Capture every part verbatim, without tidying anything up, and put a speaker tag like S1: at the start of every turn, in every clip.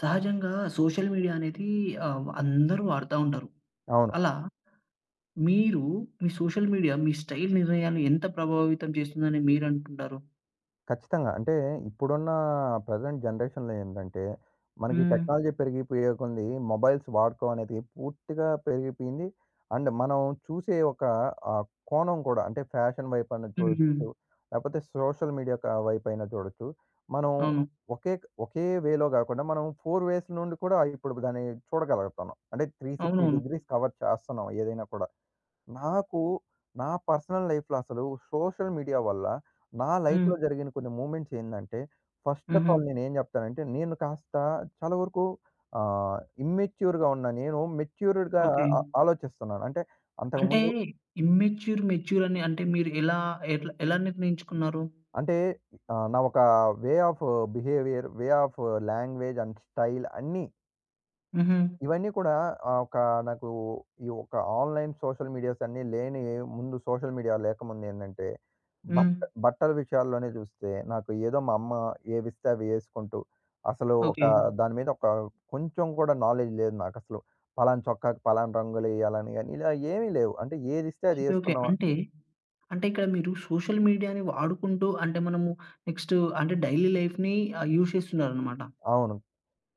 S1: సహజంగా social media అనేది ఆహ్, అందరూ వాడతా ఉంటారు.
S2: అవును.
S1: అలా మీరు మీ సోషల్ మీడియా మీ స్టైల్ నిర్ణయాన్ని ఎంత ప్రభావితం చేస్తుందని మీరనుకుంటారు?
S2: ఖచ్చితంగా. అంటే ఇప్పుడున్న ప్రెజెంట్ జనరేషన్‌లో ఏందంటే, మనకి
S1: హ్మ్.
S2: టెక్నాలజీ పెరిగిపోయే కొంది మొబైల్స్ వాడకం అనేది పూర్తిగా పెరిగిపోయింది. అండ్ మనం చూసే ఒక ఆహ్, కోణం కూడా అంటే ఫ్యాషన్ వైపైన
S1: హుహు.
S2: చూడొచ్చు, లేపోతే సోషల్ మీడియా క వైపైన చూడొచ్చు. మనం
S1: అవును.
S2: ఒకే ఒకే వేలో గాకుండా మనం నాలుగు వేస్ నుండి కూడా ఇప్పుడు దాన్ని చూడగలుగుతున్నాం. అంటే మూడు వందల అరవై
S1: అవునవును.
S2: డిగ్రీస్ కవర్ చేస్తున్నాం ఏదైనా కూడా. నాకు నా పర్సనల్ లైఫ్‌లో అసలు సోషల్ మీడియా వల్ల నా
S1: హ్మ్.
S2: లైఫ్‌లో జరిగిన కొన్ని మూమెంట్స్ ఏందంటే, ఫస్ట్ ఆఫ్
S1: హుహు.
S2: ఆల్ నేనేం జెప్తానంటే, నేను కాస్త చాలా వరకు ఆహ్, ఇమ్మెచ్యూర్‌గా ఉన్న నేను మెచ్యూర్డ్‌గా
S1: ఓకే.
S2: ఆ ఆలోచిస్తున్నాను. అంటే
S1: అంటే
S2: అంతకుముందు
S1: ఇమ్మెచ్యూర్, మెచ్యూర్ అని అంటే మీరు ఎలా ఎట్లా ఎలా నిర్ణయించుకున్నారు?
S2: అంటే ఆహ్, నా ఒక way of behaviour, way of language and style అన్నీ
S1: హుహు.
S2: ఇవన్నీ కూడా ఆహ్, ఒక నాకు ఈ ఒక ఆన్‌లైన్ సోషల్ మీడియాస్ అన్నీ లేని ముందు సోషల్ మీడియా లేకముందు ఏందంటే,
S1: హ్మ్.
S2: బట్ట బట్టల విషయాల్లోనే చూస్తే నాకు ఏదో మా అమ్మ ఏవిస్తే అవి ఏసుకుంటూ, అసలు ఒక
S1: ఓకే.
S2: దాని మీద ఒక కొంచెం కూడా నాలెడ్జ్ లేదు నాకసలు. పలానా చొక్కాకి పలానా రంగులేయాలని గాని ఇలా ఏమీ లేవు. అంటే ఏదిస్తే అది
S1: ఓకే. ఓకే.
S2: ఏసుకున్నాం.
S1: అంటే, అంటే ఇక్కడ మీరు సోషల్ మీడియాని వాడుకుంటూ అంటే మనము నెక్స్ట్ అంటే డైలీ లైఫ్‌ని ఆహ్, యూజ్ చేస్తున్నారనమాట.
S2: అవును.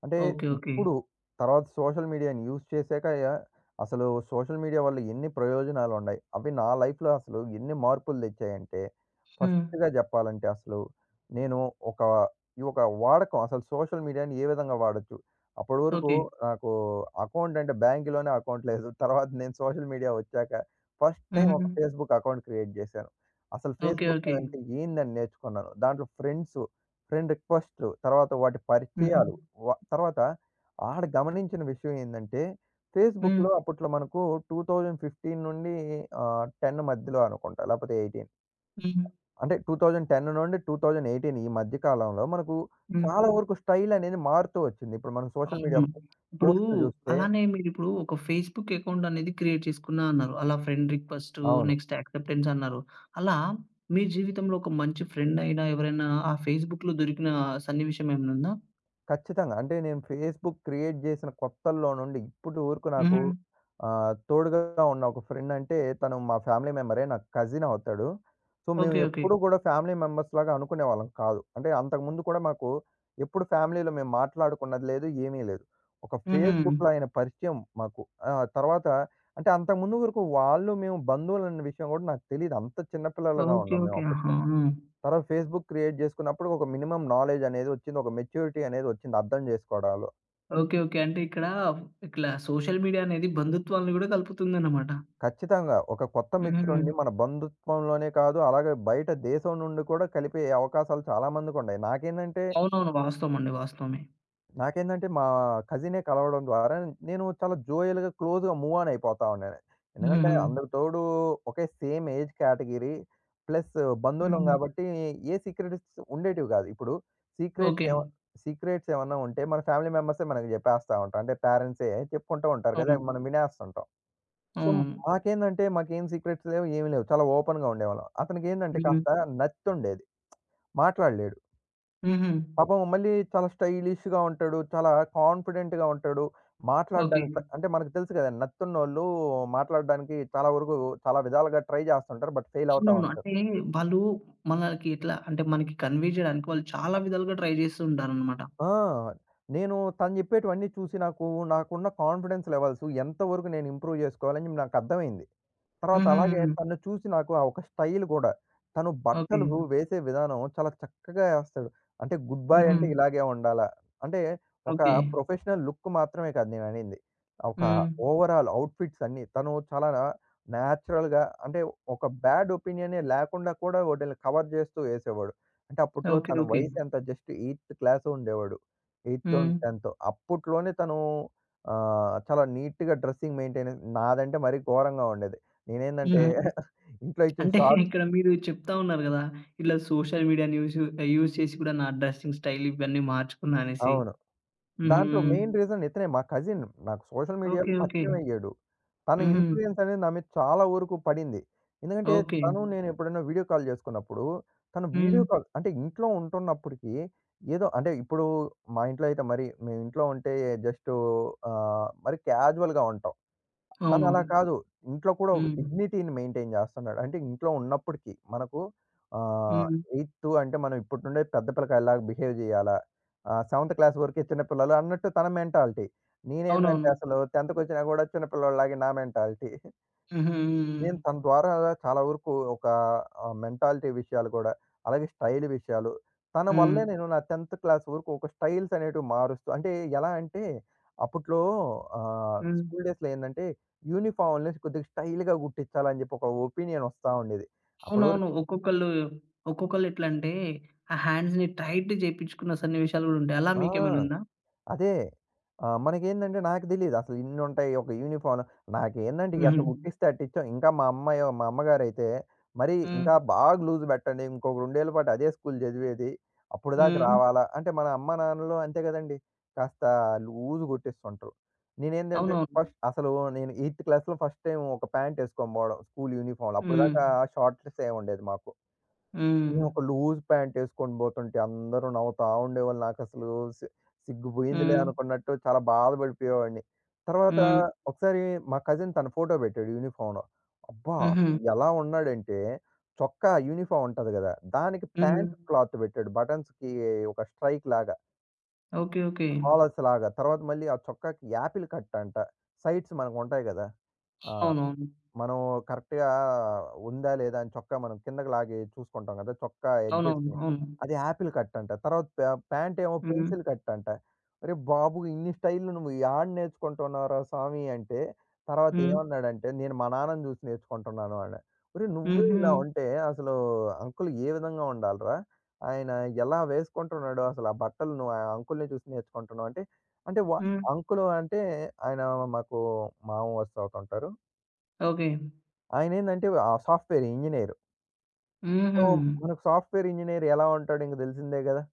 S2: అంటే
S1: ఓకే. ఓకే.
S2: ఇప్పుడు తర్వాత సోషల్ మీడియాని యూజ్ చేశాక యా- అసలు సోషల్ మీడియా వల్ల ఎన్ని ప్రయోజనాలున్నాయి. అవి నా లైఫ్‌లో అసలు ఎన్ని మార్పులు తెచ్చాయంటే,
S1: హ్మ్.
S2: ఫస్ట్‌గా జెప్పాలంటే అసలు నేను ఒక ఈ ఒక వాడకం అసలు సోషల్ మీడియాని ఏ విధంగా వాడొచ్చు. అప్పటి వరకు
S1: ఓకే.
S2: నాకు అకౌంట్ అంటే బ్యాంక్‌లోనే అకౌంట్ లేదు. తర్వాత నేను సోషల్ మీడియా వచ్చాక ఫస్ట్ టైమ్
S1: హుహు.
S2: ఒక ఫేస్‌బుక్ అకౌంట్ క్రియేట్ జేశాను. అసలు
S1: ఓకే.
S2: Facebook
S1: okay.
S2: అంటే ఏందని నేర్చుకున్నాను. దాంట్లో ఫ్రెండ్సు ఫ్రెండ్ రిక్వెస్ట్‌లు. తర్వాత వాటి
S1: హుహు.
S2: పరిచయాలు. వ తర్వాత ఆడ గమనించిన విషయం ఏందంటే,
S1: హ్మ్.
S2: ఫేస్‌బుక్‌లో అప్పట్లో మనకు రెండు వేల పదిహేను నుండి ఆహ్, పది మధ్యలో అనుకుంటా. లేపోతే పద్దెనిమిది
S1: హ్మ్.
S2: అంటే రెండు వేల పది నుండి రెండు వేల పద్దెనిమిది ఈ మధ్య కాలంలో మనకు
S1: హ్మ్.
S2: చాలా వరకు స్టైల్ అనేది మారుతూ వచ్చింది. ఇప్పుడు మనం సోషల్ మీడియా
S1: అవును. ఇప్పుడు
S2: పోస్ట్‌లు చూస్తే
S1: అలానే మీరిప్పుడు ఒక ఫేస్‌బుక్ అకౌంట్ అనేది క్రియేట్ చేసుకున్నా అన్నారు. అలా ఫ్రెండ్ రిక్వెస్టు,
S2: అవును.
S1: నెక్స్ట్ యాక్సెప్టెన్స్ అన్నారు. అలా మీ జీవితంలో ఒక మంచి ఫ్రెండ్ అయినా, ఎవరైనా ఆ ఫేస్‌బుక్‌లో దొరికిన సన్నివేశం ఏమైనా ఉందా?
S2: ఖచ్చితంగా. అంటే నేను ఫేస్‌బుక్ క్రియేట్ చేసిన కొత్తల్లో నుండి ఇప్పటి వరకు నాకు
S1: హుహు.
S2: హ్మ్. ఆహ్, తోడుగా ఉన్న ఒక ఫ్రెండ్ అంటే తను మా ఫ్యామిలీ మెంబరే. నాకు కజిన్ అవుతాడు. సో, మేము
S1: ఓకే.
S2: హ్మ్.
S1: ఓకే.
S2: ఎప్పుడూ కూడా ఫ్యామిలీ మెంబర్స్‌లాగా అనుకునేవాళ్ళం కాదు. అంటే అంతకుముందు కూడా మాకు ఎప్పుడు ఫ్యామిలీలో మేము మాట్లాడుకున్నది లేదు. ఏమీ లేదు. ఒక హ్మ్.
S1: హుహు.
S2: ఫేస్‌బుక్‌లో ఆయన పరిచయం మాకు. ఆ! తర్వాత అంటే అంతకుముందు వరకు వాళ్ళు మేము బంధువులన్న విషయం కూడా నాకు తెలీదు. అంత చిన్న పిల్లలుగా
S1: ఓకే.
S2: ఉన్నాం మేము
S1: ఓకే. ఆహా!
S2: అప్పట్లో. తర్వాత ఫేస్‌బుక్ క్రియేట్ చేసుకున్నప్పుడు ఒక మినిమమ్ నాలెడ్జ్ అనేది వచ్చింది. ఒక మెచ్యూరిటీ అనేది వచ్చింది అర్థం చేసుకోవడాలో.
S1: ఓకే. ఓకే. అంటే ఇక్కడ ఇట్లా సోషల్ మీడియా అనేది బంధుత్వాలను గూడా కలుపుతుందన్నమాట.
S2: ఖచ్చితంగా ఒక కొత్త
S1: హుహు.
S2: మిత్రుడిని మన బంధుత్వంలోనే కాదు అలాగే బయట దేశం నుండి కూడా కలిపే అవకాశాలు చాలామందికి ఉన్నాయి. నాకేందంటే
S1: అవునవును. వాస్తవం అండి. వాస్తవమే.
S2: నాకేందంటే మా కజినే కలవడం ద్వారా నేను చాలా జోయల్‌గా, క్లోజ్‌గా మూవ్ ఆన్ అయిపోతా ఉన్నాను. ఎందుకంటే
S1: హుహుహు.
S2: అందరికి తోడు ఒకే సేమ్ ఏజ్ కేటగరీ ప్లస్ బంధువులం
S1: హ్మ్.
S2: కాబట్టి ఏ సీక్రెట్స్ ఉండేటివి కాదు. ఇప్పుడు సీక్రెట్స్
S1: ఓకే.
S2: ఏమ సీక్రెట్స్ ఏమన్నా ఉంటే మన ఫ్యామిలీ మెంబర్సే మనకు చెప్పేస్తా ఉంటారు. అంటే పేరెంట్సే చెప్పుకుంటూ ఉంటారు కదా!
S1: అవును.
S2: అవి మనం వినేస్తుంటాం. సో,
S1: అవునవును.
S2: మాకేందంటే మాకేం సీక్రెట్స్ లేవు, ఏమి లేవు. చాలా ఓపెన్‌గా ఉండేవాళ్ళం. అతనికేందంటే
S1: హ్మ్.
S2: కాస్త నత్తుండేది. మాట్లాడలేడు.
S1: హుహు.
S2: పాపం మళ్ళీ చాలా స్టైలిష్‌గా ఉంటాడు. చాలా కాన్ఫిడెంట్‌గా ఉంటాడు.
S1: ఓకే.
S2: మాట్లాడడానికి ప్ర అంటే మనకు తెలుసు కదండీ! నత్తున్నోళ్ళు మాట్లాడడానికి చాలా వరకు చాలా విధాలుగా ట్రై చేస్తుంటారు. బట్ ఫెయిల్ అవుతా
S1: అవునవును.
S2: ఉంటారు.
S1: అంటే వాళ్ళు మనకి ఎట్లా అంటే మనకి కన్వే చేయడానికి వాళ్ళు చాలా విధాలుగా ట్రై చేస్తూ ఉంటారనమాట.
S2: ఆ! నేను తను చెప్పేటివన్నీ చూసి నాకు నాకున్న కాన్ఫిడెన్స్ లెవెల్స్ ఎంతవరకు నేను ఇంప్రూవ్ చేసుకోవాలని నాకు అర్థమైంది. తర్వాత అలాగే
S1: హుహుహు.
S2: తనను చూసి నాకు ఆ ఒక స్టైల్ గూడా. తను
S1: ఓకే.
S2: బట్టలు వేసే విధానం చాలా చక్కగా ఏస్తాడు. అంటే గుడ్ బాయ్
S1: హుహు.
S2: అంటే ఇలాగే ఉండాలా? అంటే ఒక
S1: ఓకే.
S2: ప్రొఫెషనల్ లుక్ మాత్రమే కాదు నేననింది. ఒక
S1: హ్మ్.
S2: ఓవరాల్ అవుట్‌ఫిట్స్ అన్నీ. తను చాలా నేచురల్‌గా అంటే ఒక బ్యాడ్ ఒపీనియనే లేకుండా కూడా వాటిల్ని కవర్ జేస్తూ ఏసేవాడు. అంటే అప్పట్లో
S1: ఓకే.
S2: తన
S1: ఓకే.
S2: వయసెంత జస్ట్ 8థ్ క్లాస్ ఉండేవాడు. 8థో,
S1: హ్మ్.
S2: 10థో అప్పట్లోనే తను ఆహ్, చాలా నీట్‌గా డ్రెస్సింగ్ మెయింటైన్ నాదంటే మరీ ఘోరంగా ఉండేది. నేనేందంటే
S1: హుహు.
S2: ఇంట్లో ఇచ్చిన
S1: అంటే
S2: షార్ట్
S1: ఇక్కడ మీరు చెప్తా ఉన్నారు గదా! ఇట్లా సోషల్ మీడియాని యూజ్ యూజ్ చేసి కూడా నా డ్రెస్సింగ్ స్టైల్ ఇవన్నీ మార్చుకున్నా అనేసి.
S2: అవును.
S1: హుహు.
S2: దాంట్లో మెయిన్ రీజన్ ఇతనే మా కజిన్. నాకు సోషల్
S1: ఓకే.
S2: మీడియాలో
S1: ఓకే.
S2: పరిచయమయ్యాడు. తన
S1: హుహు.
S2: ఇన్‌ఫ్లూయన్స్ అనేది నా మీద చాలా వరకు పడింది. ఎందుకంటే
S1: ఓకే.
S2: తను నేను ఎప్పుడైనా వీడియో కాల్ చేసుకున్నప్పుడు, తను వీడియో
S1: హ్మ్.
S2: కాల్ అంటే ఇంట్లో ఉంటున్నప్పటికి ఏదో అంటే ఇప్పుడు మా ఇంట్లో అయితే మరి మేము ఇంట్లో ఉంటే జస్ట్ ఆహ్, మరి క్యాజువల్‌గా ఉంటాం. తను అలా
S1: అవునవును.
S2: కాదు. ఇంట్లో కూడా ఒక
S1: హ్మ్.
S2: డిగ్నిటీని మెయింటైన్ చేస్తున్నాడు. అంటే ఇంట్లో ఉన్నప్పటికి మనకు ఆహ్,
S1: హ్మ్.
S2: 8థ్ అంటే మనం ఇప్పటి నుండే పెద్ద పిల్లకాయల్లాగా బిహేవ్ చేయాలా? ఆహ్, 7థ్ క్లాస్ వరకే చిన్న పిల్లలు అన్నట్టు తన మెంటాలిటీ. నేనేందంటే
S1: అవునవును.
S2: అసలు 10థ్‌కొచ్చినా కూడా చిన్న పిల్లోడిలాగే నా మెంటాలిటీ.
S1: హుహు. హ్మ్.
S2: నేను తన ద్వారా చాలా వరకు ఒక ఆహ్, మెంటాలిటీ విషయాలు గూడా, అలాగే స్టైల్ విషయాలు, తన
S1: హ్మ్.
S2: వల్లే నేను నా 10థ్ క్లాస్ వరకు ఒక స్టైల్స్ అనేటివి మారుస్తూ అంటే ఎలా అంటే, అప్పట్లో ఆహ్,
S1: హ్మ్.
S2: స్కూల్ డేస్‌లో ఏందంటే, యూనిఫార్మ్‌లని కొద్దిగా స్టైల్‌గా గుట్టించాలని జెప్పి ఒక ఒపీనియన్ ఒస్తా ఉండేది. అప్పటి
S1: అవునవును.
S2: వరకు
S1: ఒక్కొక్కళ్ళు ఒక్కొక్కళ్ళు ఎట్లంటే ఆ హ్యాండ్స్‌ని టైట్ చేపించుకున్న సన్నివేశాలు గూడా ఉంటాయి. అలా
S2: ఆ!
S1: మీకేమైనా ఉందా?
S2: అదే. ఆహ్, మనకేందంటే నాకు తెలీదు. అసలు ఇన్నుంటాయి. ఒక యూనిఫార్మ్ నాకేందంటే
S1: హుహు.
S2: ఎట్ట కుట్టిస్తే అట్టిచ్చాం. ఇంకా మా అమ్మాయో మా అమ్మగారైతే మరీ
S1: హ్మ్.
S2: ఇంకా బాగా లూజ్ పెట్టండి. ఇంకొక రెండు ఏళ్ల పాటు అదే స్కూల్ చదివేది. అప్పటిదాకా
S1: హ్మ్.
S2: రావాలా? అంటే మన అమ్మ నాన్నలు అంతే గదండీ. కాస్త లూజ్ కుట్టిస్తుంటారు. నేనేందంటే
S1: అవునవును.
S2: ఫస్ట్ అసలు నేను ఎయిత్ క్లాస్‌లో ఫస్ట్ టైమ్ ఒక ప్యాంట్ ఎసుకొని పోవడం స్కూల్ యూనిఫార్మ్‌లో.
S1: హ్మ్.
S2: అప్పటిదాకా షార్ట్‌సే ఉండేది మాకు.
S1: హ్మ్.
S2: నేను ఒక లూజ్ ప్యాంటేసుకొని బోతుంటే అందరూ నవ్వుతా ఉండేవాళ్ళు. నాకసలు సి సిగ్గు బోయిందిలే
S1: హ్మ్.
S2: అనుకున్నట్టు చాలా బాధపడిపోయేవాడిని. తర్వాత
S1: హ్మ్.
S2: ఒకసారి మా కజిన్ తన ఫోటో బెట్టాడు యూనిఫార్మ్‌లో. అబ్బా!
S1: హుహు.
S2: అసలు ఎలా ఉన్నాడంటే చొక్కా యూనిఫార్మ్ ఉంటది గదా! దానికి
S1: హ్మ్.
S2: Pant cloth బెట్టాడు. బటన్స్‌కి ఒక స్ట్రైక్ లాగా,
S1: ఓకే. ఓకే.
S2: కాలర్స్ లాగా. తర్వాత మళ్ళీ ఆ చొక్కాకి యాపిల్ కట్ అంట. సైడ్స్ మనకుంటాయి గదా! ఆ!
S1: అవునవును.
S2: మనం కరెక్ట్‌గా ఉందా? లేదా? అని చొక్కా మనం కిందకి లాగి చూసుకుంటాం కదా! చొక్కా
S1: అవునవును.
S2: ఎడ్జెస్‌ని.
S1: అవును.
S2: అది యాపిల్ కట్ అంట. తర్వాత ప్యా ప్యాంట్ ఏమో
S1: హ్మ్.
S2: పెన్సిల్ కట్ అంట. "అరే బాబు! ఇన్ని స్టైల్‌లు నువ్వు యాడ నేర్చుకుంటున్నావురా స్వామి" అంటే తర్వాత
S1: హ్మ్.
S2: ఏమన్నాడంటే, "నేను మా నాన్నని చూసి నేర్చుకుంటున్నాను" అన్నా. "ఒరేయ్! నువ్వే
S1: హుహు.
S2: ఇలా ఉంటే అసలు అంకుల్ ఏ విధంగా ఉండాలిరా? ఆయన ఎలా వేసుకుంటున్నాడో అసలు ఆ బట్టలు నువ్వు ఆ అంకుల్‌ని చూసి నేర్చుకుంటున్నావు" అంటే, అంటే వ
S1: హ్మ్.
S2: అంకుల్ అంటే ఆయన మాకు మామ వరుస అవుతుంటారు.
S1: ఓకే.
S2: ఆయనేందంటే ఆహ్, సాఫ్ట్‌వేర్ ఇంజినీర్. సో,
S1: హుహు.
S2: మనకు సాఫ్ట్‌వేర్ ఇంజినీర్ ఎలా ఉంటాడో ఇంక తెలిసిందే గదా!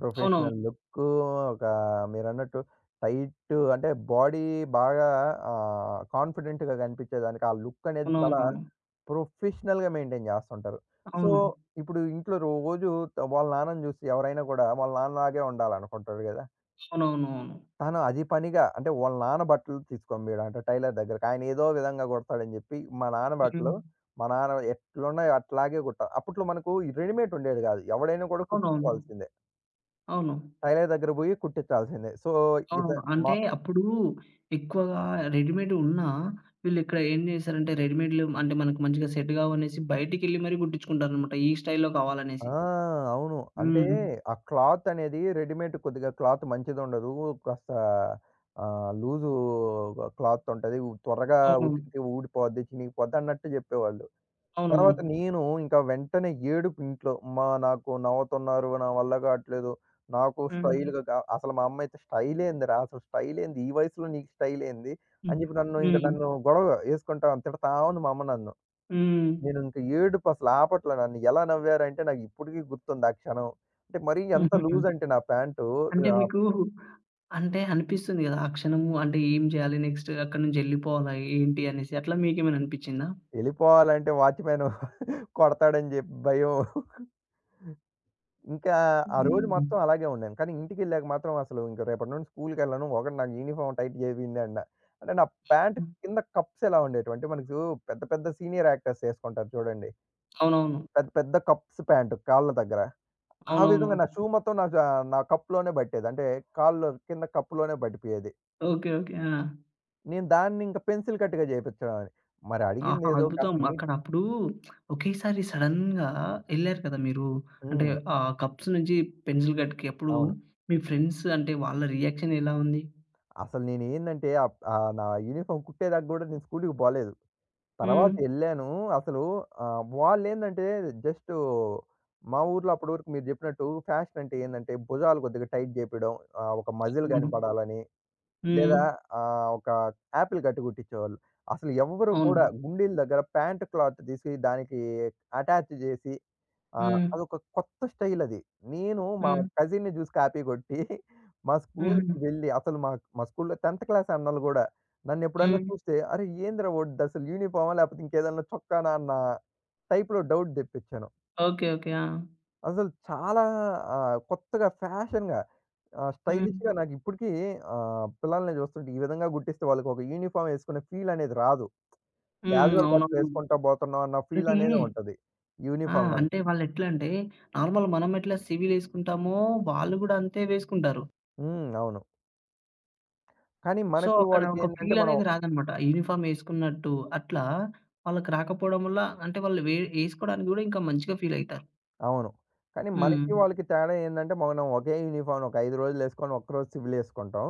S2: ప్రొఫెషనల్
S1: అవునవును.
S2: లుక్కు, ఒక మీరన్నట్టు టైట్ అంటే బాడీ బాగా ఆహ్, కాన్ఫిడెంట్‌గా కనిపించేదానికి ఆ లుక్ అనేది చాలా
S1: అవునవునవును.
S2: ప్రొఫెషనల్‌గా మెయింటైన్ జేస్తుంటారు. సో,
S1: అవును.
S2: ఇప్పుడు ఇంట్లో రోజు వాళ్ళ నాన్నని జూసి ఎవరైనా గూడా వాళ్ళ నాన్నలాగే ఉండాలనుకుంటాడు గదా!
S1: అవునవునవును.
S2: తను అది పనిగా అంటే వాళ్ళ నాన్న బట్టలు తీసుకొనిపోయాడంట టైలర్ దగ్గరకి. ఆయన ఏదో విధంగా కుడతాడని జెప్పి, మా నాన్న బట్టలు
S1: హ్మ్.
S2: మా నాన్న ఎట్లున్నాయో అట్లాగే కుట్ట అప్పట్లో మనకు ఈ రెడీమేడ్ ఉండేది గాదు. ఎవడైనా కూడా
S1: అవునవును.
S2: కుట్టించుకోవాల్సిందే.
S1: అవును.
S2: టైలర్ దగ్గర బోయి కుట్టించాల్సిందే. సో, ఇత
S1: అవును.
S2: మా
S1: అంటే అప్పుడు ఎక్కువగా రెడీమేడ్ ఉన్నా, వీళ్ళిక్కడ ఏం చేశారంటే రెడీమేడ్‌లు అంటే మనకు మంచిగా సెట్ కావనేసి బయటికెళ్ళి మరీ కుట్టించుకుంటారనమాట. ఈ స్టైల్‌లో
S2: ఆ!
S1: కావాలనేసి.
S2: అవును. అంటే
S1: హ్మ్.
S2: ఆ క్లాత్ అనేది రెడీమేడ్ కొద్దిగా క్లాత్ మంచిదుండదు. కాస్త ఆహ్, లూజు క్లాత్ ఉంటది. త్వరగా
S1: అవునవును.
S2: ఉతికితే ఊడిపోద్ది, చినిగిపోద్ది అన్నట్టు జెప్పేవాళ్ళు.
S1: అవునవును.
S2: తర్వాత నేను ఇంకా వెంటనే ఏడుపు ఇంట్లో. "అమ్మా! నాకు నవ్వుతున్నారు. నా వల్ల కావట్లేదు. నాకు
S1: హ్మ్.
S2: స్టైల్‌గా గా" అసలు మా అమ్మ అయితే "స్టైలేందిరా? అసలు స్టైలేంది? ఈ వయసులో నీకు స్టైలేంది?"
S1: హ్మ్.
S2: అని చెప్పి నన్ను ఇంక
S1: హ్మ్.
S2: నన్ను గొడవ యేసుకుంటా తిడతా ఉంది మా అమ్మ నన్ను.
S1: హ్మ్.
S2: నేను ఇంక ఏడుపు అసలు ఆపట్లే. నన్ను ఎలా నవ్వారంటే నాకు ఇప్పటికీ గుర్తుంది ఆ క్షణం. అంటే మరీ ఎంత
S1: హుహుహు.
S2: లూజ్ అంటే నా ప్యాంటు
S1: అంటే
S2: ఆహ్,
S1: మీకు అంటే అనిపిస్తుంది కదా! ఆ క్షణము అంటే ఏం చేయాలి నెక్స్ట్ అక్కడి నుంచి ఎళ్ళిపోవాలా ఏంటి అనేసి అట్లా మీకేమైనా అనిపిచ్చిందా?
S2: ఎళ్ళిపోవాలంటే వాచ్‌మెన్ కొడతాడని చెప్పి భయం. ఇంకా ఆ రోజు
S1: హ్మ్.
S2: మొత్తం అలాగే ఉండాను. కానీ ఇంటికెళ్ళాక మాత్రం అసలు ఇంక రేపటి నుండి స్కూలుకెళ్ళను. ఒకడు నాకు యూనిఫార్మ్ టైట్ చేపిండు అన్న. అంటే నా ప్యాంట్
S1: హ్మ్.
S2: కింద కప్స్ ఎలా ఉండేటివి అంటే మనకు పెద్ద పెద్ద సీనియర్ యాక్టర్స్ ఏసుకుంటారు చూడండి.
S1: అవునవును.
S2: పెద్ద పెద్ద కప్స్ ప్యాంట్ కాళ్ళ దగ్గర. ఆ
S1: అవునవును.
S2: విధంగా నా షూ మొత్తం నాకు ఆహ్, నా కప్‌లోనే పట్టేది. అంటే కాళ్ళు కింద కప్‌లోనే పట్టిపోయేది.
S1: ఓకే. ఓకే. ఆ!
S2: నేను దాన్ని ఇంక పెన్సిల్ కట్‌గా చేపించేవాడిని. మరి
S1: ఆహా!
S2: అడిగిందేదో కాస్త
S1: అద్భుతం.
S2: నీట్
S1: అక్కడ అప్పుడు ఒకేసారి సడెన్‌గా ఎళ్లారు కదా మీరు. అంటే
S2: హ్మ్.
S1: ఆహ్, కప్స్ నుంచి పెన్సిల్ కట్‌కి అప్పుడు
S2: అవును.
S1: మీ ఫ్రెండ్స్ అంటే వాళ్ళ రియాక్షన్ ఎలా ఉంది?
S2: అసలు నేనేందంటే ఆహ్, ఆహ్, నా యూనిఫార్మ్ కుట్టేదాకా గూడా నేను స్కూలుకి పోలేదు.
S1: హ్మ్.
S2: తర్వాత ఎళ్ళాను. అసలు ఆహ్, వాళ్ళేందంటే జస్టు మా ఊర్లో అప్పటి వరకు మీరు జెప్పినట్టు ఫ్యాషన్ అంటే ఏందంటే భుజాలు కొద్దిగా టైట్ జేపియడం. ఆహ్, ఒక మజిల్
S1: అవును.
S2: కనపడాలని
S1: హ్మ్.
S2: లేదా ఆహ్, ఒక యాపిల్ కట్ కుట్టించేవాళ్ళు. అసలు ఎవ్వరు
S1: అవును.
S2: కూడా గుండీల దగ్గర ప్యాంట్ క్లాత్ తీసి దానికి అటాచ్ జేసి ఆ!
S1: హ్మ్.
S2: అదొక కొత్త స్టైల్ అది. నేను మా
S1: హ్మ్.
S2: కజిన్‌ని చూసి కాపీ కొట్టి మా
S1: హుహు.
S2: స్కూల్‌కి వెళ్ళి అసలు మా మా స్కూల్‌లో 10థ్ క్లాస్ అన్నోళ్ళు గూడా నన్నెప్పుడన్నా
S1: హ్మ్.
S2: చూస్తే, "అరే! ఏందిరా ఓడిది అసలు యూనిఫార్మా? లేకపోతే ఇంకేదన్నా చొక్కానా?" అన్న టైప్‌లో డౌట్ తెప్పిచ్చాను.
S1: ఓకే. ఓకే. ఆ!
S2: అసలు చాలా ఆహ్, కొత్తగా ఫ్యాషన్‌గా ఆహ్,
S1: హ్మ్.
S2: స్టైలిష్‌గా నాకిప్పటికీ ఆహ్, పిల్లల్ని చూస్తుంటే ఈ విధంగా గుర్తిస్తే వాళ్ళకొక యూనిఫార్మ్ ఏసుకునే ఫీల్ అనేది రాదు.
S1: హ్మ్.
S2: క్యాజువల్
S1: అవునవును.
S2: బట్టలేసుకుంటా పోతున్నాం అన్న ఫీల్
S1: అంటే
S2: అనేదే ఉంటది.
S1: ఆ!
S2: యూనిఫార్మ్ గాని.
S1: అంటే వాళ్ళెట్లంటే నార్మల్ మనం ఎట్లా సివిల్ ఏసుకుంటామో వాళ్ళు గూడా అంతే వేసుకుంటారు.
S2: హ్మ్. అవును. కానీ
S1: సో,
S2: మనకు
S1: అక్కడ ఒక
S2: వాళ్ళకేందంటే
S1: ఫీల్
S2: మనం
S1: అనేది రాదనమాట. యూనిఫార్మ్ ఏసుకున్నట్టు అట్లా వాళ్ళకి రాకపోవడం వల్ల అంటే వాళ్ళు వే ఏసుకోడానికి గూడా ఇంకా మంచిగా ఫీల్ అయితారు.
S2: అవును. కానీ
S1: హ్మ్.
S2: మనకి వాళ్ళకి తేడా ఏందంటే మనం ఒకే యూనిఫార్మ్ ఒక ఐదు రోజులు ఏసుకొని ఒక్కరోజు సివిల్ ఏసుకుంటాం.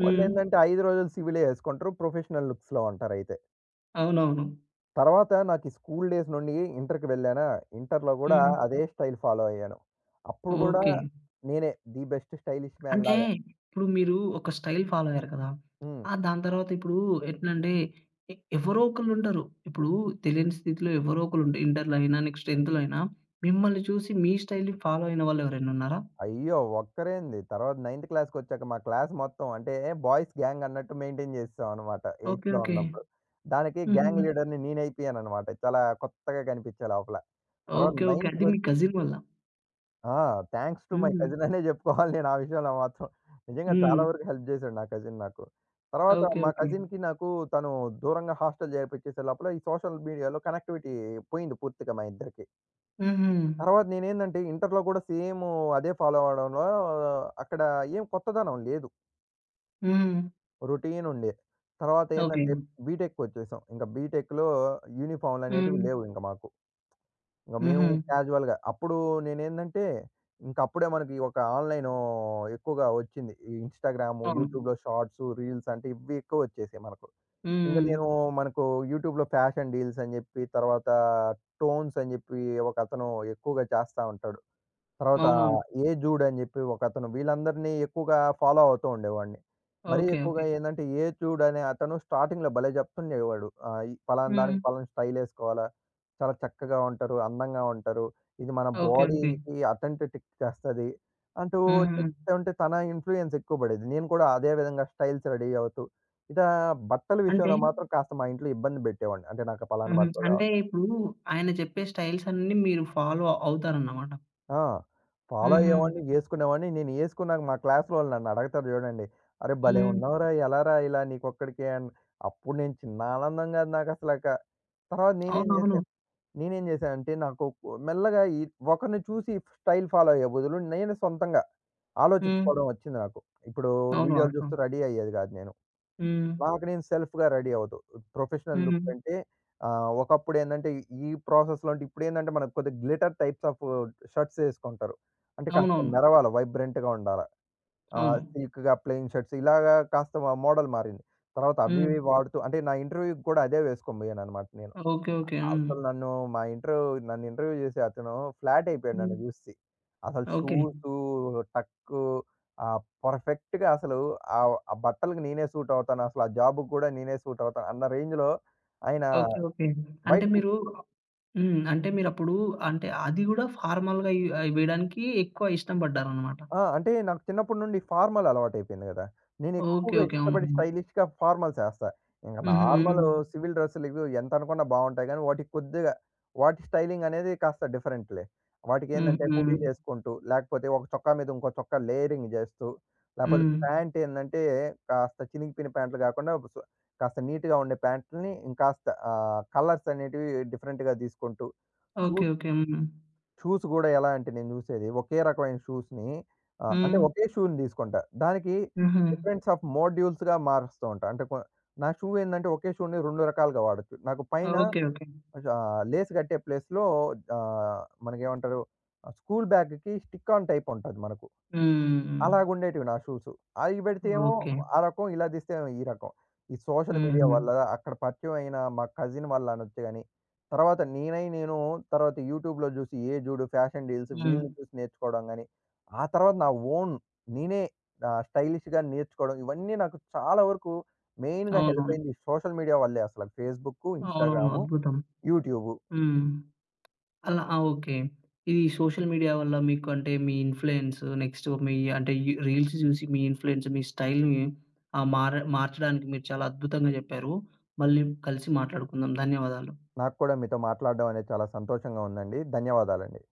S1: హ్మ్.
S2: వాళ్ళేందంటే ఐదు రోజులు సివిలే ఏసుకుంటారు. ప్రొఫెషనల్ లుక్స్‌లో ఉంటారయితే.
S1: అవునవును.
S2: తర్వాత నాకు ఈ స్కూల్ డేస్ నుండి ఇంటర్‌కి వెళ్ళానా, ఇంటర్‌లో గూడా
S1: హ్మ్.
S2: అదే స్టైల్ ఫాలో అయ్యాను. అప్పుడు గూడా
S1: ఓకే.
S2: నేనే ది బెస్ట్ స్టైలిష్ మ్యాన్
S1: అంటే
S2: లాగా.
S1: ఇప్పుడు మీరు ఒక స్టైల్ ఫాలో అయ్యారు కదా!
S2: హ్మ్.
S1: ఆహ్, దాని తర్వాత ఇప్పుడు ఎట్లంటే ఎ ఎవరో ఒకళ్ళుంటారు. ఇప్పుడు తెలియని స్థితిలో ఎవరో ఒకళ్ళు ఇంటర్‌లో అయినా, నెక్స్ట్ 10థ్‌లో అయినా మిమ్మల్ని చూసి మీ స్టైల్‌ని ఫాలో అయిన వాళ్ళు ఎవరైనా ఉన్నారా?
S2: అయ్యో! ఒక్కరేంది. తర్వాత నైన్త్ క్లాస్‌కొచ్చాక మా క్లాస్ మొత్తం అంటే బాయ్స్ గ్యాంగ్ అన్నట్టు మెయింటైన్ చేసేసామనమాట.
S1: ఓకే.
S2: ఎయిత్‌లో
S1: ఓకే.
S2: ఉన్నప్పుడు. దానికి
S1: హుహు.
S2: గ్యాంగ్ లీడర్‌ని నేనైపోయాననమాట. చాలా కొత్తగా కనిపించా లోపల. తర్వాత
S1: ఓకే. ఓకే. అది మీ
S2: నైన్త్‌కొచ్
S1: కజిన్ వల్ల.
S2: ఆ! థాంక్స్ టు మై
S1: హ్మ్.
S2: కజిన్ అనే చెప్పుకోవాలి నేను ఆ విషయంలో మాత్రం. నిజంగా
S1: హ్మ్.
S2: చాలా వరకు హెల్ప్ చేశాడు నా కజిన్ నాకు. తర్వాత
S1: ఓకే.
S2: మా
S1: ఓకే.
S2: కజిన్‌కి నాకు తను దూరంగా హాస్టల్ చేర్పించేసే లోపల ఈ సోషల్ మీడియాలో కనెక్టివిటీ పోయింది పూర్తిగా మా ఇద్దరికి.
S1: హుహు.
S2: తర్వాత నేనేందంటే ఇంటర్‌లో కూడా సేమ్ అదే ఫాలో అవ్వడంలో అక్కడ ఏం కొత్తదనం లేదు.
S1: హ్మ్.
S2: రొటీన్ ఉండే. తర్వాత
S1: ఓకే.
S2: ఏందంటే బీటెక్‌కొచ్చేసాం. ఇంక బీటెక్‌లో యూనిఫార్మ్‌లనేటివి
S1: హ్మ్.
S2: లేవు ఇంక మాకు. ఇంక మేము
S1: హుహు.
S2: క్యాజువల్‌గా అప్పుడు నేనేందంటే ఇంక అప్పుడే మనకి ఒక ఆన్‌లైను ఎక్కువగా వచ్చింది. ఈ ఇన్‌స్టాగ్రాము,
S1: అవును.
S2: యూట్యూబ్‌లో షార్ట్స్, రీల్స్ అంటే ఇవి ఎక్కువొచ్చేసాయి మనకు. ఇంక
S1: హ్మ్.
S2: నేను మనకు యూట్యూబ్‌లో ఫ్యాషన్ డీల్స్ అని జెప్పి, తర్వాత టోన్స్ అని జెప్పి ఒకతను ఎక్కువగా చేస్తా ఉంటాడు. తర్వాత
S1: అవునవును.
S2: ఏ జూడ్ అని చెప్పి ఒకతను వీళ్ళందరినీ ఎక్కువగా ఫాలో అవుతూ ఉండేవాడిని. మరీ
S1: ఓకే. ఓకే.
S2: ఎక్కువగా ఏందంటే ఏ జూడ్ అనే అతను స్టార్టింగ్‌లో భలే చెప్తుండేవాడు. ఆహ్, ఈ పలానా
S1: హ్మ్.
S2: దానికి పలానా స్టైలేసుకోవాలా, చాలా చక్కగా ఉంటారు, అందంగా ఉంటారు. ఇది మన
S1: ఓకే. ఓకే.
S2: బాడీకి అథెంటిటిక్ చేస్తది. అంటూ
S1: హుహు.
S2: చెప్తుంటే తన ఇన్‌ఫ్లూయెన్స్ ఎక్కువ పడేది. నేను కూడా అదే విధంగా స్టైల్స్ రెడీ అవుతూ, ఇటా బట్టల
S1: అంటే
S2: విషయంలో మాత్రం కాస్త మా ఇంట్లో ఇబ్బంది పెట్టేవాడిని. అంటే నాకు పలానా
S1: హుహు.
S2: బట్టలు కా
S1: అంటే ఇప్పుడు ఆయన చెప్పే స్టైల్స్ అన్నీ మీరు ఫాలో అవుతారన్నమాట.
S2: ఆ! ఫాలో
S1: హుహు.
S2: అయ్యేవాడిని, జేసుకునేవాడిని. నేను జేసుకున్నాక మా క్లాస్‌లోళ్ళు నన్నడుగుతారు జూడండి. "అరే భలే
S1: హ్మ్.
S2: ఉన్నావురా! ఎలారా ఇలా నీకొక్కడికే" అని. అప్పుడు నేను చిన్న ఆనందం గాదు నాకసలక. తర్వాత నేనేం
S1: అవునవును.
S2: జేశాను నేనేం జేశానంటే నాకు మెల్లగా ఈ ఒకరిని చూసి స్టైల్ ఫాలో అయ్యే బదులు నేను సొంతంగా
S1: హ్మ్.
S2: ఆలోచించుకోవడం ఒచ్చింది నాకు. ఇప్పుడు
S1: అవును.
S2: వీడియోలు
S1: వాస్తవం.
S2: జూస్తూ రెడీ అయ్యేది గాదు నేను.
S1: హ్మ్.
S2: నాకు నేను సెల్ఫ్‌గా రెడీ అవుతూ. ప్రొఫెషనల్ లుక్
S1: హ్మ్.
S2: కంటే ఆహ్, ఒకప్పుడు ఏందంటే ఈ ప్రాసెస్‌లో అంటే ఇప్పుడేందంటే మనకు కొద్దిగా గ్లిటర్ టైప్స్ ఆఫ్ షర్ట్స్ ఏసుకుంటారు. అంటే కాస్త
S1: అవునవును.
S2: మెరవాల వైబ్రెంట్‌గా ఉండాల. ఆహ్,
S1: అవును.
S2: సిల్క్‌గా ప్లెయిన్ షర్ట్స్ ఇలాగా కాస్త మోడల్ మారింది. తర్వాత అవి
S1: హ్మ్.
S2: ఇవి వాడుతూ అంటే నా ఇంటర్వ్యూ‌కి కూడా అదే వేసుకొని పోయానన్నమాట నేను.
S1: ఓకే. ఓకే. హ్మ్.
S2: అసలు నన్ను మా ఇంటర్వ్యూ నన్ను ఇంటర్వ్యూ చేసే అతను ఫ్లాట్ అయిపోయాడు
S1: హ్మ్.
S2: నన్ను చూసి. అసలు
S1: ఓకే.
S2: షూసు, టక్కు ఆహ్, పర్ఫెక్ట్‌గా అసలు ఆహ్, ఆ బట్టలకి నేనే సూట్ అవుతాను. అసలు ఆ జాబ్‌కి కూడా నేనే సూట్ అవుతాను అన్న రేంజ్‌లో ఆయన
S1: ఓకే. ఓకే. అంటే
S2: బయట కు
S1: మీరు హ్మ్. అంటే మీరప్పుడు అంటే అది గూడా ఫార్మల్‌గా యు ఆహ్, వేయడానికి ఎక్కువ ఇష్టం పడ్డారనమాట.
S2: ఆ! అంటే నాకు చిన్నప్పటి నుండి ఫార్మల్ అలవాటయిపోయింది గదా!
S1: ఓకే.
S2: నేనెక్కువగా
S1: ఓకే.
S2: ఇష్టపడి
S1: అవునవును.
S2: స్టైలిష్‌గా ఫార్మల్స్ ఏస్తా. ఇంక
S1: హుహు.
S2: నార్మల్ సివిల్ డ్రెస్సులు ఇవి ఎంతనుకున్నా బావుంటాయి గానీ, వాటికి కొద్దిగా వాటి స్టైలింగ్ అనేది కాస్త డిఫరెంట్‌లే.
S1: హ్మ్.
S2: వాటికేందంటే
S1: హుహు.
S2: హుడీలేసుకుంటూ, లేకపోతే ఒక చొక్కా మీద ఇంకో చొక్కా లేయరింగ్ జేస్తూ, లేపోతే
S1: హ్మ్.
S2: ప్యాంట్ ఏందంటే కాస్త చినిగిపోయిన ప్యాంట్లు గాకుండా సు కాస్త నీట్‌గా ఉండే ప్యాంట్‌లని ఇంకాస్త ఆహ్, కలర్స్ అనేటివి డిఫరెంట్‌గా దీసుకుంటూ,
S1: ఓకే.
S2: Shoes
S1: okay. హ్మ్.
S2: షూస్ గూడా ఎలా అంటే నేను జూసేది ఒకే రకమైన షూస్‌ని ఆహ్, అంటే
S1: హ్మ్.
S2: ఒకే షూని తీసుకుంటా. దానికి
S1: హుహు.
S2: డిఫరెన్స్ ఆఫ్ మోడ్యూల్స్‌గా మారుస్తూ ఉంటా. అంటే కొ నా షూ ఏందంటే ఒకే షూని రెండు రకాలుగా వాడొచ్చు. నాకు పైన
S1: ఓకే. ఓకే.
S2: ఆహ్, లేస్ గట్టే ప్లేస్‌లో ఆహ్, మనకేమంటారు ఆహ్, స్కూల్ బ్యాగ్‌కి స్టిక్ ఆన్ టైప్ ఉంటది మనకు.
S1: హ్మ్.
S2: అలాగుండేటివి నా షూస్. అయి బెడితే ఏమో
S1: ఓకే.
S2: ఆ రకం, ఇలా దీస్తే ఈ రకం. ఈ సోషల్ మీడియా
S1: హుహు.
S2: వల్ల అక్కడ పరిచయం అయిన మా కజిన్ వల్ల అనొచ్చు గాని, తర్వాత నేనై నేను తర్వాత యూట్యూబ్‌లో జూసి ఏ జూడు ఫ్యాషన్ డీల్స్
S1: హ్మ్.
S2: వీళ్ళని చూసి నేర్చుకోవడం గాని, ఆ తర్వాత నా ఓన్ నేనే ఆహ్, స్టైలిష్‌గా నేర్చుకోవడం ఇవన్నీ నాకు చాలా వరకు మెయిన్‌గా హెల్ప్
S1: అవునవును.
S2: అయింది సోషల్ మీడియా వల్లే అసల. ఫేస్‌బుక్కు,
S1: అవునవును.
S2: ఇన్‌స్టాగ్రాము,
S1: అద్భుతం.
S2: యూట్యూబు.
S1: హ్మ్. అలా ఆ! ఓకే. ఇది సోషల్ మీడియా వల్ల మీకు అంటే మీ ఇన్‌ఫ్లుయెన్స్ నెక్స్ట్ మీ అంటే ఈ రీల్స్ చూసి మీ ఇన్‌ఫ్లుయెన్స్ మీ స్టైల్‌ని ఆహ్, మార మార్చడానికి మీరు చాలా అద్భుతంగా చెప్పారు. మళ్ళీ కలిసి మాట్లాడుకుందాం. ధన్యవాదాలు.
S2: నాకు కూడా మీతో మాట్లాడడం అనేది చాలా సంతోషంగా ఉందండి. ధన్యవాదాలండి.